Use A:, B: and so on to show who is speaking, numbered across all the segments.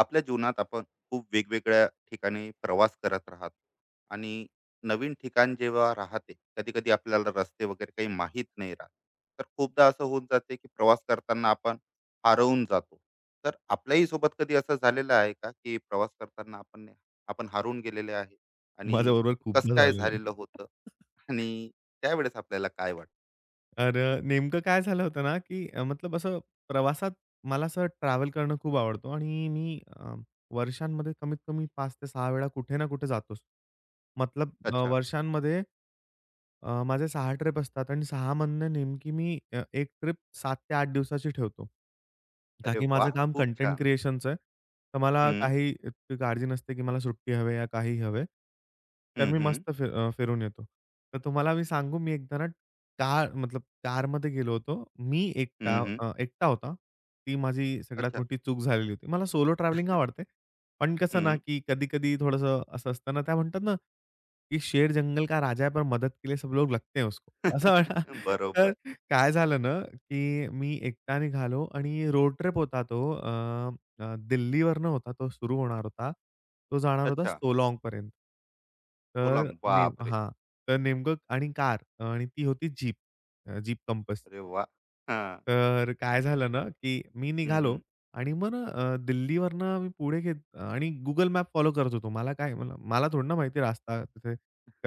A: आपल्या जीवनात आपण खूप वेगवेगळ्या ठिकाणी प्रवास करत राहतो आणि नवीन ठिकाण जेव्हा राहते कधी कधी आपल्याला रस्ते वगैरे काही माहीत नाही राहत. तर खूपदा असं होऊन जाते की प्रवास करताना आपण हरवून जातो. तर आपल्याही सोबत कधी असं झालेलं आहे का की प्रवास करताना आपण आपण हरवून गेलेले आहे आणि
B: माझ्याबरोबर
A: कस
B: खूपदा
A: काय
B: झालेलं आहे.
A: झालेलं होतं आणि त्यावेळेस आपल्याला काय वाटतं?
B: तर नेमकं काय झालं होतं ना, की अ, मतलब असं प्रवासात मला असं ट्रॅव्हल करणं खूप आवडतो आणि मी वर्षांमध्ये कमीत कमी 5 ते 6 वेळा कुठे ना कुठे जातोच.
A: अच्छा.
B: वर्षांमध्ये माझे 6 ट्रिप असतात आणि 6 मधनं नेमकी मी 1 ट्रिप 7 ते 8 दिवसाची ठेवतो. का
A: अरे
B: की
A: वा,
B: माझं काम
A: खूप
B: कंटेंट
A: छान.
B: क्रिएशनचं आहे. तर मला
A: हम्म.
B: काही इतकी काळजी नसते, की मला सुट्टी हवी या काही हवे. तर
A: हम्म
B: मी
A: हम्म.
B: मस्त फिरून येतो. तर तुम्हाला मी सांगू मी एकदा ना, का मतलब 4मध्ये गेलो होतो. मी
A: हम्म हम्म.
B: एकटा होता. ती माझी सगळ्यात
A: अच्छा.
B: मोठी चूक झालेली होती. मला सोलो ट्रॅव्हलिंग आवडते. पण कसं ना,
A: हम्म.
B: की कधी-कधी थोडंसं असं असतं ना, त्या म्हणतात ना, की "शेर जंगल का राजा है, पर मदद के लिए सब लोग लगते हैं उसको." असं म्हणा. तर
A: बरोबर.
B: काय झालं ना, की मी एकटा निघालो आणि रोड ट्रिप होता तो. अ, अ, दिल्लीवरनं होता तो सुरू होणार होता. तो जाणार होता
A: अच्छा.
B: सोलाँगपर्यंत. तर
A: सोलंग.
B: नेम
A: बापरे!
B: हां. तर नेमकं आणि कार आणि ती होती जीप. जीप कंपस,
A: अरे वाह! हां.
B: तर काय झालं ना, की मी
A: हं,
B: निघालो
A: हं.
B: आणि मग ना दिल्लीवरनं मी पुढे घेत आणि Google मॅप फॉलो करत होतो. मला काय मला मला थोडी ना माहिती रस्ता तिथे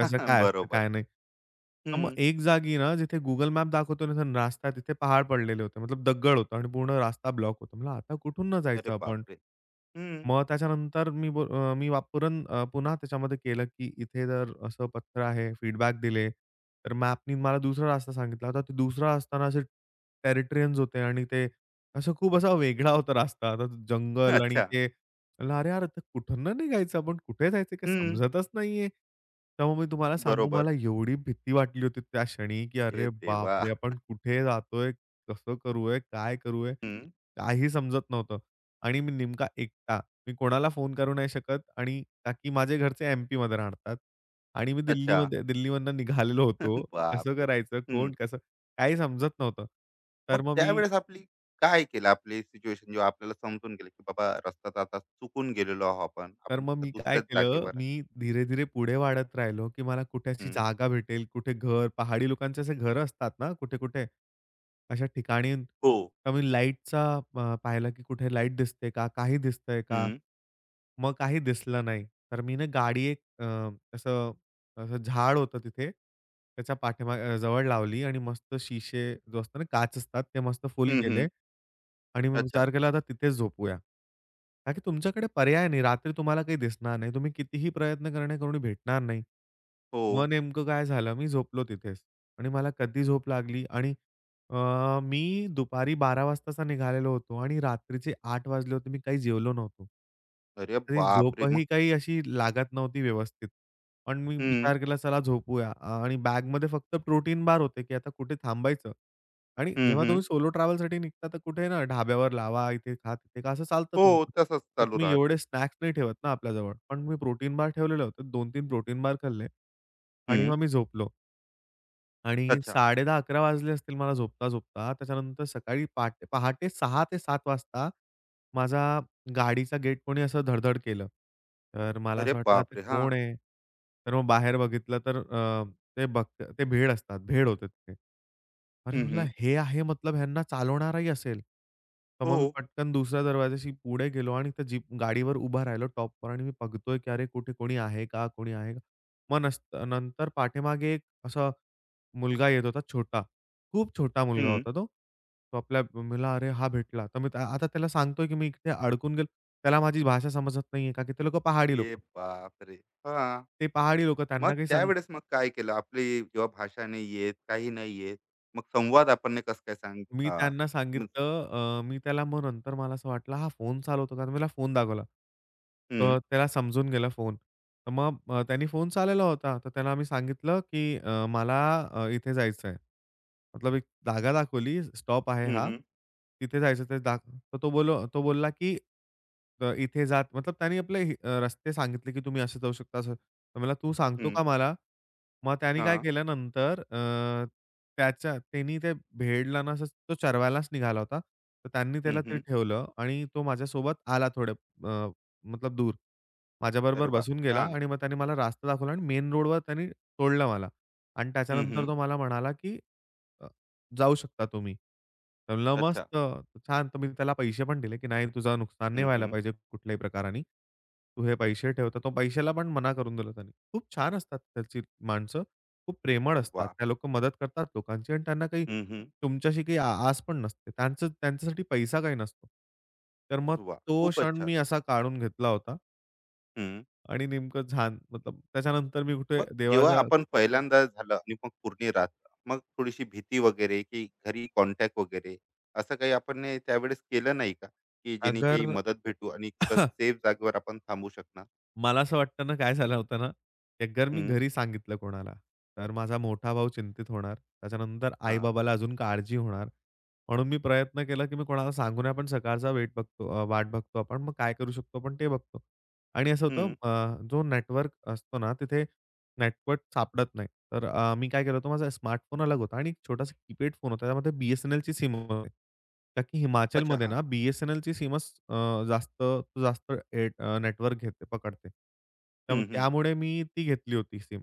B: कसं काय असतं,
A: बरोबर.
B: काय नाही. तर मग
A: हं.
B: एक जागी ना जिथे Google मॅप दाखवतो ना, रास्ता तिथे पहाड पडलेले होते. मतलब दगड होता आणि पूर्ण रास्ता ब्लॉक होता. म्हणलं आता कुठून ना
A: अरे
B: जायचं आपण?
A: बापरे! हं.
B: मग त्याच्यानंतर मी वापरून पुन्हा त्याच्यामध्ये केलं, की इथे जर असं पत्र आहे, फीडबॅक दिले, तर मॅपनी मला दुसरा रास्ता सांगितला होता. तो दुसरा असताना असे टेरिटरियन्स होते आणि ते असं खूप असा वेगळा होता रस्ता. आता तो जंगल आणि
A: अच्छा.
B: ते म्हणलं, "अरे यार, आता कुठनं निघायचं आपण? कुठे जायचं काही
A: हं.
B: समजतच नाहीये." त्यामुळे मी तुम्हाला सांगू,
A: बरोबर.
B: मला एवढी भीती वाटली होती त्या क्षणी, की
A: हे
B: "अरे
A: देवा!
B: बापरे! आपण कुठे जातोय? कसं करूये? काय करूये?"
A: हं.
B: काही समजत नव्हतं आणि मी नेमका एकटा. मी कोणाला फोन करू नाही शकत आणि ताकी की माझे घरचे एम-पीमध्ये राहतात आणि मी
A: अच्छा.
B: दिल्लीमधनं निघालेलो होतो. कसं
A: बापरे बाप!
B: करायचं?
A: हं.
B: कोण कसं? काही समजत नव्हतं.
A: मग
B: तर मग मी
A: त्यावेळेस आपली काय केलं? आपली सिच्युएशन जेव्हा आपल्याला समजून गेलं, की बाबा रस्ता आता चुकून गेलेलो आहोत आपण.
B: तर
A: आपण
B: मग
A: कुठे
B: मी काय
A: दुसऱ्याच
B: केलं,
A: जागेवर आहे.
B: मी धीरे-धीरे पुढे वाढत राहिलो, की मला कुठे अशी
A: हं.
B: जागा भेटेल, कुठे घर पहाडी लोकांचे असे घरं असतात ना कुठे-कुठे, अशा ठिकाणी
A: हो.
B: तर मी लाईटचा अ, की कुठे लाईट दिसते का? काही दिसतंय का?
A: हं.
B: मग काही दिसलं नाही. तर मी ना गाडी एक अ, असं असं झाड होतं तिथे. त्याच्या जवळ लावली आणि मस्त शिशे जो असतो ना काच असतात ते मस्त फुल
A: हं, हं.
B: केले. आणि मी
A: अच्छा.
B: विचार केला आता तिथेच झोपूया. का की तुमच्याकडे पर्याय नाही. रात्री तुम्हाला काही दिसणार नाही. तुम्ही कितीही प्रयत्न करणे करून भेटणार नाही.
A: हो.
B: मग नेमकं काय झालं, मी झोपलो तिथेच आणि मला कधी झोप लागली आणि अ, मी दुपारी 12 वाजताचा निघालेलो होतो आणि रात्रीचे 8 वाजले होते. मी काही जेवलो नव्हतो.
A: अरे
B: तरी
A: बापरे! मग
B: झोपही काही अशी लागत नव्हती व्यवस्थित. पण मी
A: हं.
B: विचार केला चला झोपूया आणि बॅगमध्ये फक्त प्रोटीन बार होते, की आता कुठे थांबायचं आणि
A: हं,
B: जेव्हा
A: हं.
B: तुम्ही सोलो ट्रॅव्हलसाठी निघता, तर कुठे ना ढाब्यावर लावा, इथे खा, तिथे खा असं चालतं
A: हो.
B: तुमचं.
A: तसंच
B: तर
A: चालू
B: तुम्ही
A: राहते.
B: एवढे स्नॅक्स नाही ठेवत ना आपल्याजवळ. पण मी प्रोटीन बार ठेवलेले होते. 2 तीन प्रोटीन बार खाल्ले आणि
A: हं.
B: मग मी झोपलो. आणि
A: अच्छा.
B: 10:30-11:00 वाजले असतील मला झोपता-झोपता. त्याच्यानंतर सकाळी पहाटे पहाटे 6 ते 7 वाजता माझा गाडीचा गेट कोणी असं धड-धड केलं. तर मला
A: अरे
B: असं वाटलं आता
A: बापरे! हां.
B: कोण आहे? तर मग बाहेर बघितलं तर अ, ते बघ ते भेड असतात. भेड होते ते. अरे
A: हं,
B: म्हटलं
A: हं.
B: हे आहे मतलब ह्यांना चालवणाराही असेल. तर
A: हो.
B: मग मी पटकन दुसऱ्या दरवाजाशी पुढे गेलो आणि त्या जीप गाडीवर उभा राहिलो टॉपवर आणि मी बघतोय की अरे कुठे कोणी आहे का? कोणी आहे का? मग नस नंतर पाठीमागे एक असं मुलगा येत होता छोटा. खूप छोटा मुलगा
A: हं.
B: होता तो. तो आपल्या मला अरे हा भेटला. तर मी त्या- आता त्याला सांगतोय, की मी इथे अडकून गेलो. त्याला माझी भाषा समजत नाहीये, का की ते लोकं पहाडी
A: ये
B: लोक
A: बापरे! हां.
B: ते पहाडी लोक
A: मग
B: त्यांना काही
A: त्यावेळेस मग काय केलं? आपली जेव्हा भाषा नाही येत, काही नाही येत, मग संवाद आपण कसं काय
B: मी त्यांना
A: मग
B: सांगितलं मी त्याला मग नंतर मला असं वाटलं हा फोन चालवतो का? तर मला फोन दाखवला.
A: हं.
B: तर त्याला समजून गेला फोन. तर मग त्यांनी फोन चालवला होता. तर त्याला आम्ही सांगितलं, की मला इथे जायचं आहे. मतलब एक जागा दाखवली, स्टॉप आहे
A: हं,
B: हा.
A: हं.
B: तिथे जायचं ते दाख तर तो बोलला, की इथे जात मतलब त्याने आपले रस्ते सांगितले, की तुम्ही असं जाऊ शकता असं. तर मला तू सांगतो
A: हं.
B: का मला? मग त्याने काय
A: हां.
B: केलं नंतर त्यांनी ते भेडला ना, असंच तो चरवायलाच निघाला होता. तर त्यांनी
A: हं,
B: त्याला ते
A: हं.
B: ठेवलं आणि तो माझ्यासोबत आला थोड़े, अ, मतलब दूर.
A: अरे
B: माझ्याबरोबर
A: वाह!
B: बसून गेला
A: छान.
B: आणि मग त्याने मला रास्ता दाखवला आणि मेन रोडवर त्याने सोडलं मला. आणि
A: हं,
B: त्याच्यानंतर
A: हं.
B: तो मला म्हणाला, की "अ, जाऊ शकता तुम्ही." तर म्हणलं,
A: अच्छा.
B: "मस्त, छान." तर मी त्याला पैसे पण दिले, की "नाही, तुझं नुकसान नाही
A: हं,
B: व्हायला
A: हं.
B: पाहिजे कुठल्याही प्रकाराने. तू हे पैसे ठेव." तर तो पैशाला पण मना करून दिला त्याने. खूप छान असतात त्याची माणसं. खूप प्रेमळ असतात.
A: वाह!
B: त्या लोकं मदत करतात लोकांची आणि त्यांना काही
A: हं, हं.
B: तुमच्याशी काही आस पण नसते. त्यांच्यासाठी पैसा काही नसतो. तर मग
A: वाह!
B: तो
A: खूपच
B: क्षण
A: छान.
B: मी असा काढून घेतला होता आणि नेमकं छान मतलब त्याच्यानंतर मी कुठे
A: मग जेव्हा
B: देवाच्या
A: आपण पहिल्यांदा झालं आणि मग पूर्ण रात, मग थोडीशी भीती वगैरे की घरी कॉन्टॅक्ट वगैरे असं काही आपण ने त्यावेळेस केलं नाही का की जेणे
B: अगर
A: काही मदत भेटू आणि कुठं सेफ जागेवर आपण थांबू शकणार?
B: मला असं वाटतं ना, काय झालं होतं ना, एकदा मी
A: हम्म.
B: घरी सांगितलं कोणाला, तर माझा मोठा भाऊ चिंतित होणार. त्याच्यानंतर
A: हा.
B: आई-बाबाला अजून काळजी होणार. म्हणून मी प्रयत्न केला, की मी कोणाला सांगू नये. आपण सकाळचा वाट बघतो आपण. मग काय करू शकतो आपण ते बघतो. आणि असं होतं
A: हम्म.
B: जो नेटवर्क असतो ना, तिथे नेटवर्क सापडत नाही. तर मी काय केलं होतं, माझा स्मार्टफोन अलग होता आणि एक छोटासा कीपॅड फोन होता. त्यामध्ये BSNLची सिम होती. का की
A: अच्छा
B: हिमाचलमध्ये
A: हा.
B: ना BSNLची जास्त जास्त नेटवर्क पकडते. तर
A: हम्म. हम्म.
B: त्यामुळे मी ती घेतली होती सिम.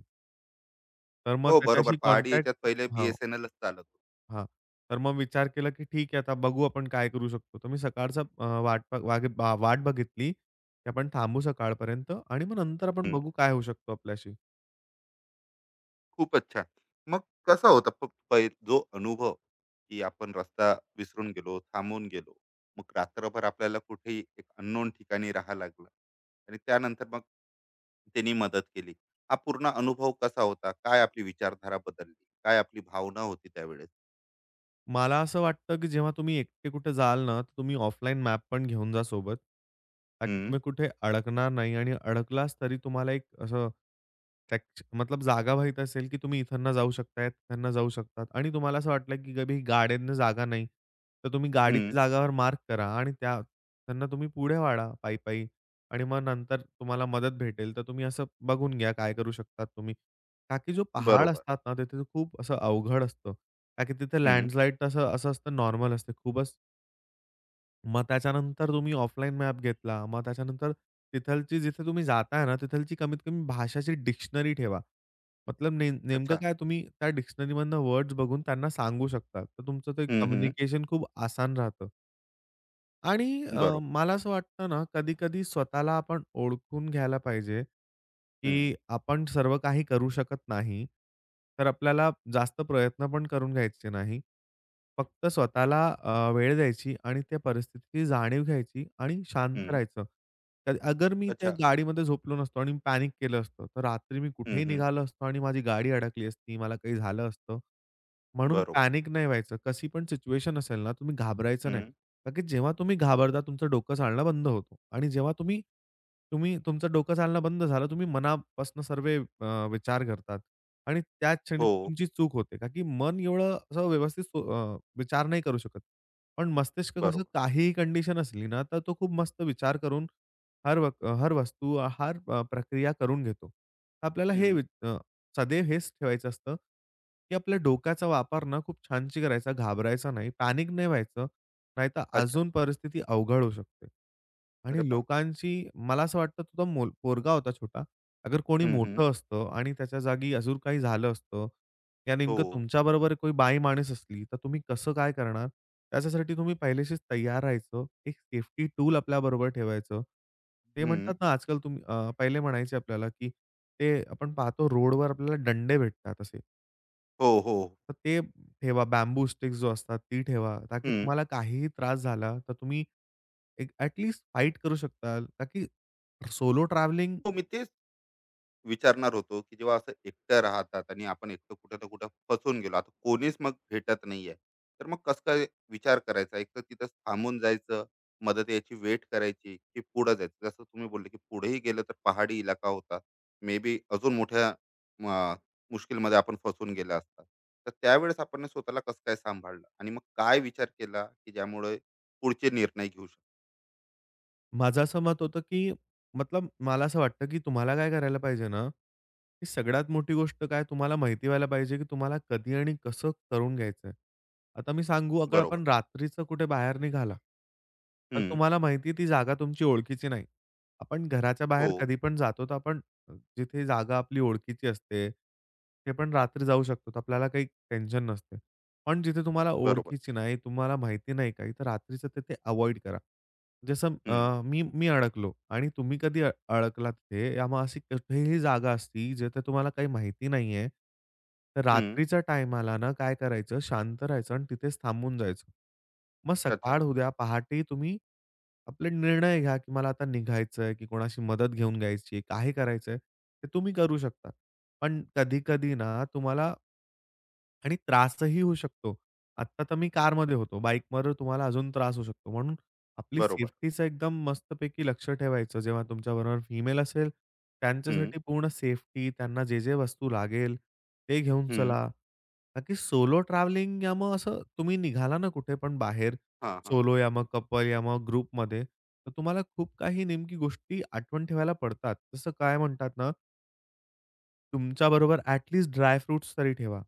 B: तर मग
A: हो, बरोबर.
B: त्याच्याशी
A: पहाडी याच्यात
B: कॉन्टॅक्ट
A: पहिले
B: हो,
A: BSNL चालत होतं.
B: हां. तर मग विचार केला, की ठीक आहे आता बघू आपण काय करू शकतो. तर मी सकाळचा अ, वाट वागे वाट बघितली, की आपण थांबू सकाळपर्यंत आणि मग नंतर आपण
A: हम्म,
B: बघू काय होऊ शकतो आपल्याशी.
A: खूपच छान. मग कसा होता जो अनुभव की आपण रस्ता विसरून गेलो, थांबून गेलो, मग रात्रभर आपल्याला कुठेही एक अननोन ठिकाणी राहा लागलं आणि त्यानंतर मग त्यांनी मदत केली. हा पूर्ण अनुभव कसा होता? काय आपली विचारधारा बदलली? काय आपली भावना होती त्यावेळेस?
B: मला असं वाटतं, की जेव्हा तुम्ही एकटे कुठे जाल ना, तर तुम्ही ऑफलाईन मॅप पण घेऊन जा सोबत. ताकी
A: हं,
B: तुम्ही कुठे अडकणार नाही आणि अडकलाच तरी तुम्हाला एक असं टॅक्च मतलब जागा माहीत असेल, की तुम्ही इथनं जाऊ शकताय, तिथनं जाऊ शकतात आणि तुम्हाला असं वाटलं, की कधी गाड्यांना जागा नाही, तर तुम्ही
A: हं.
B: गाडीच्या जागावर मार्क करा आणि त्यांना तुम्ही पुढे वाढा पायी-पायी आणि मग नंतर तुम्हाला मदत भेटेल, तर तुम्ही असं बघून घ्या काय करू शकतात तुम्ही. का की जो पहाड
A: बरोबर.
B: असतात ना, तिथे खूप असं अवघड असतं. का की तिथे
A: हं.
B: लँडस्लाईड तसं असं असतं नॉर्मल असते खूपच. मग त्याच्यानंतर तुम्ही ऑफलाईन मॅप घेतला. मग त्याच्यानंतर तिथलची जिथे तुम्ही जाताय ना, तिथलची कमीत कमी भाषाची डिक्शनरी ठेवा. मतलब नेमकं
A: अच्छा.
B: काय तुम्ही त्या डिक्शनरीमधनं वर्ड्स बघून त्यांना सांगू शकता. तर तुमचं ते
A: हं, हं.
B: कम्युनिकेशन खूप आसान राहतं. आणि
A: बरोबर.
B: मला असं वाटतं ना, कधी-कधी स्वतःला आपण ओळखून घ्यायला पाहिजे,
A: हं,
B: की आपण सर्व काही करू शकत नाही. तर आपल्याला जास्त प्रयत्न पण करून घ्यायचे नाही. फक्त स्वतःला वेळ द्यायची आणि त्या परिस्थितीची जाणीव घ्यायची आणि शांत
A: हं.
B: राहायचं. तर अगर मी त्या
A: अच्छा.
B: गाडीमध्ये झोपलो नसतो आणि पॅनिक केलं असतं, तर रात्री मी
A: हं,
B: कुठेही
A: हं.
B: निघालो असतो आणि माझी गाडी अडकली असती, मला काही झालं असतं. म्हणून
A: बरोबर.
B: पॅनिक नाही व्हायचं. कशी पण सिच्युएशन असेल ना, तुम्ही घाबरायचं नाही.
A: हं.
B: का की जेव्हा तुम्ही घाबरता, तुमचं डोकं चालणं बंद होतो आणि जेव्हा तुम्ही तुम्ही तुमचं डोकं चालणं बंद झालं, तुम्ही मनापासून सर्व विचार करतात आणि त्याच क्षणी
A: हो.
B: तुमची चूक होते. का की मन एवढं असं व्यवस्थित विचार नाही करू शकत. पण मस्तिष्क कसं
A: बरोबर.
B: काहीही कंडिशन असली ना, तर तो खूप मस्त विचार करून हर व हर वस्तू, हर प्रक्रिया करून घेतो. आपल्याला
A: हं.
B: सदैव हेच ठेवायचं असतं, की आपल्या डोक्याचा वापर ना खूप छानशी करायचा, घाबरायचा नाही, पॅनिक नाही व्हायचं. नाहीतर
A: अच्छा.
B: अजून परिस्थिती अवघड होऊ शकते.
A: अरे
B: आणि
A: बापरे!
B: लोकांची मला असं वाटतं तो तो मोल पोरगा होता छोटा. अगर कोणी
A: हं, हं.
B: मोठं असतं आणि त्याच्या जागी अजून काही झालं असतं, या
A: हो.
B: नेमकं तुमच्याबरोबर कोणी बाई माणूस असली, तर तुम्ही कसं काय करणार? त्याच्यासाठी तुम्ही पहिल्याशीच तयार राहायचं. एक सेफ्टी टूल आपल्याबरोबर ठेवायचं. ते
A: हं.
B: म्हणतात ना, आजकाल तुम्ही पहिले म्हणायचे आपल्याला, की ते आपण पाहतो रोडवर आपल्याला दंडे भेटतात असे.
A: हो, हो. हो.
B: तर ते ठेवा. बॅम्बू स्टिक्स जो असतात ती ठेवा. ताकी
A: हं.
B: तुम्हाला काहीही त्रास झाला, तर तुम्ही एक ॲट लीस्ट फाईट करू शकता. का की सोलो ट्रॅव्हलिंग
A: हो, मी तेच विचारणार होतो, की जेव्हा असं एकटं राहतात आणि आपण एकटं कुठं ना कुठं फसून गेलो. आता कोणीच मग भेटत नाहीये. तर मग कसं काय विचार करायचा? एक तर तिथं थांबून जायचं, मदत याची वेट करायची, की पुढं जायचं. जसं तुम्ही बोलले, की पुढेही गेलं तर पहाडी इलाका होता. मे बी अजून मोठ्या अ, मुश्किलमध्ये आपण फसून गेला असता. तर त्यावेळेस आपण स्वतःला कसं काय सांभाळलं आणि मग काय विचार केला, की ज्यामुळे पुढचे निर्णय घेऊ शकतो?
B: माझं असं मत होतं, की मला असं वाटतं, की तुम्हाला काय करायला पाहिजे ना, की सगळ्यात मोठी गोष्ट काय तुम्हाला माहिती व्हायला पाहिजे, की तुम्हाला कधी आणि कसं करून घ्यायचंय. आता मी सांगू, अगर
A: बरोबर.
B: आपण रात्रीचं कुठे बाहेर निघाला, तर
A: हं.
B: तुम्हाला माहिती ती जागा तुमची ओळखीची नाही. आपण घराच्या
A: हो.
B: बाहेर कधी पण जातो, तर आपण जिथे जागा आपली ओळखीची असते, ते पण रात्री जाऊ शकतो. तर आपल्याला काही टेन्शन नसते. पण जिथे तुम्हाला
A: बरोबर.
B: ओळखीची नाही, तुम्हाला माहिती नाही काही, तर रात्रीचं तिथे अव्हॉइड करा. जसं
A: हं.
B: अ, मी मी अडकलो आणि तुम्ही कधी अडकलात तिथे, आम्हा अशी कुठेही जागा असती, जिथे तुम्हाला काही माहिती नाहीये. तर
A: हं.
B: रात्रीच्या टायमाला ना काय करायचं, शांत राहायचं आणि तिथेच थांबून जायचं. मग
A: अच्छा.
B: सकाळ उद्या पहाटे तुम्ही आपले निर्णय घ्या, की मला आता निघायचंय, की कोणाशी मदत घेऊन घ्यायची, काय करायचंय, ते तुम्ही करू शकता. पण कधी-कधी ना तुम्हाला आणि त्रासही होऊ शकतो. आत्ता तर मी कारमध्ये होतो. बाईकवर तुम्हाला अजून त्रास होऊ शकतो. म्हणून आपली
A: बरोबर.
B: सेफ्टीचं एकदम मस्तपैकी लक्ष ठेवायचं. जेव्हा तुमच्याबरोबर फिमेल असेल, त्यांच्यासाठी पूर्ण सेफ्टी, त्यांना जे, जे वस्तू लागेल ते घेऊन
A: हं.
B: चला. का की सोलो ट्रॅव्हलिंग या मग असं तुम्ही निघाला ना कुठे पण बाहेर
A: हां, हां.
B: सोलो या मग कपल या मग ग्रुपमध्ये, तर तुम्हाला खूप काही नेमकी गोष्टी आठवण ठेवायला पडतात. जसं काय म्हणतात ना तुमच्याबरोबर ॲट लीस्ट ड्राय फ्रुट्स तरी ठेवा.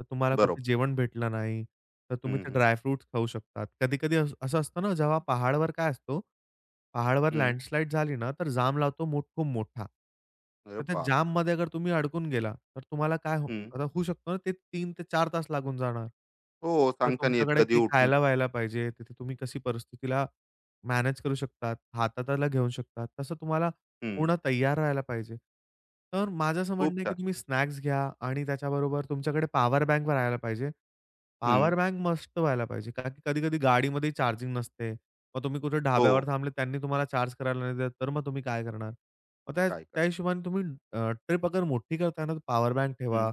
B: तर तुम्हाला कुठे
A: बरोबर.
B: जेवण भेटलं नाही, तर तुम्ही
A: हं,
B: ते
A: हं.
B: ड्राय खाऊ शकतात. कधी-कधी असं असतं ना, जेव्हा पहाडवर काय असतो, पहाडवर
A: हं.
B: लँडस्लाईड झाली ना, तर जाम लावतो खूप मोठा.
A: अरे
B: तर त्या
A: बापरे!
B: जाममध्ये अगर तुम्ही अडकून गेला, तर तुम्हाला काय हो
A: हं.
B: आता होऊ शकतं ना, ते 3 ते 4 तास लागून जाणार.
A: हो,
B: तर
A: सांगता नाही येत
B: तुमच्याकडे
A: कधी
B: काही
A: उठून
B: खायला व्हायला पाहिजे. तिथे तुम्ही कशी परिस्थितीला मॅनेज करू शकतात, हाताळायला घेऊ शकतात. तसं तुम्हाला
A: हं.
B: पूर्ण तयार राहायला पाहिजे. तर माझं असं
A: खूप
B: म्हणणं आहे, की
A: छान.
B: तुम्ही स्नॅक्स घ्या आणि त्याच्याबरोबर तुमच्याकडे पॉवर बँक राहायला पाहिजे.
A: हं.
B: पॉवर बँक मस्त व्हायला पाहिजे. कारण की कधी-कधी गाडीमध्ये चार्जिंग नसते. मग तुम्ही कुठे
A: हो,
B: ढाब्यावर थांबले, त्यांनी तुम्हाला चार्ज करायला नाही देत, तर मग तुम्ही काय करणार? मग त्या
A: काय कर
B: त्या हिशोबाने तुम्ही ट्रिप अगर मोठी करताय ना, तर पॉवर बँक
A: हं.
B: ठेवा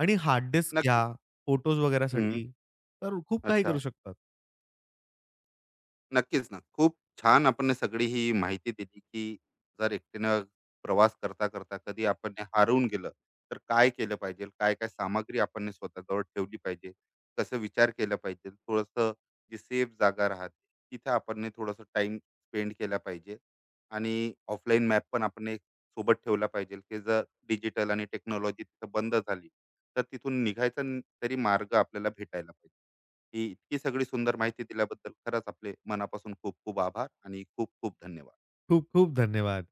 B: आणि हार्ड डिस्क घ्या
A: नक्की.
B: फोटोज
A: हं.
B: वगैरेसाठी. तर खूप काही करू
A: अच्छा.
B: शकतात.
A: नक्कीच ना. खूप छान आपण ने सगळी ही माहिती दिली, की जर एकटीनं प्रवास करता, करता कधी आपण ने हारून गेलं, तर काय केलं पाहिजे? काय-काय सामग्री आपण ने स्वतःजवळ ठेवली पाहिजे? कसं विचार केला पाहिजे? थोडंसं जी सेफ जागा राहते, तिथे आपण थोडासा टाईम स्पेंड केला पाहिजे. आणि ऑफलाईन मॅप पण आपण एक सोबत ठेवला पाहिजे, की जर डिजिटल आणि टेक्नॉलॉजी तिथं बंद झाली, तर तिथून तरी मार्ग आपल्याला भेटायला पाहिजे. ही इतकी सगळी सुंदर माहिती दिल्याबद्दल खरंच आपले मनापासून खूप खूप आभार आणि खूप खूप धन्यवाद.
B: खूप खूप धन्यवाद.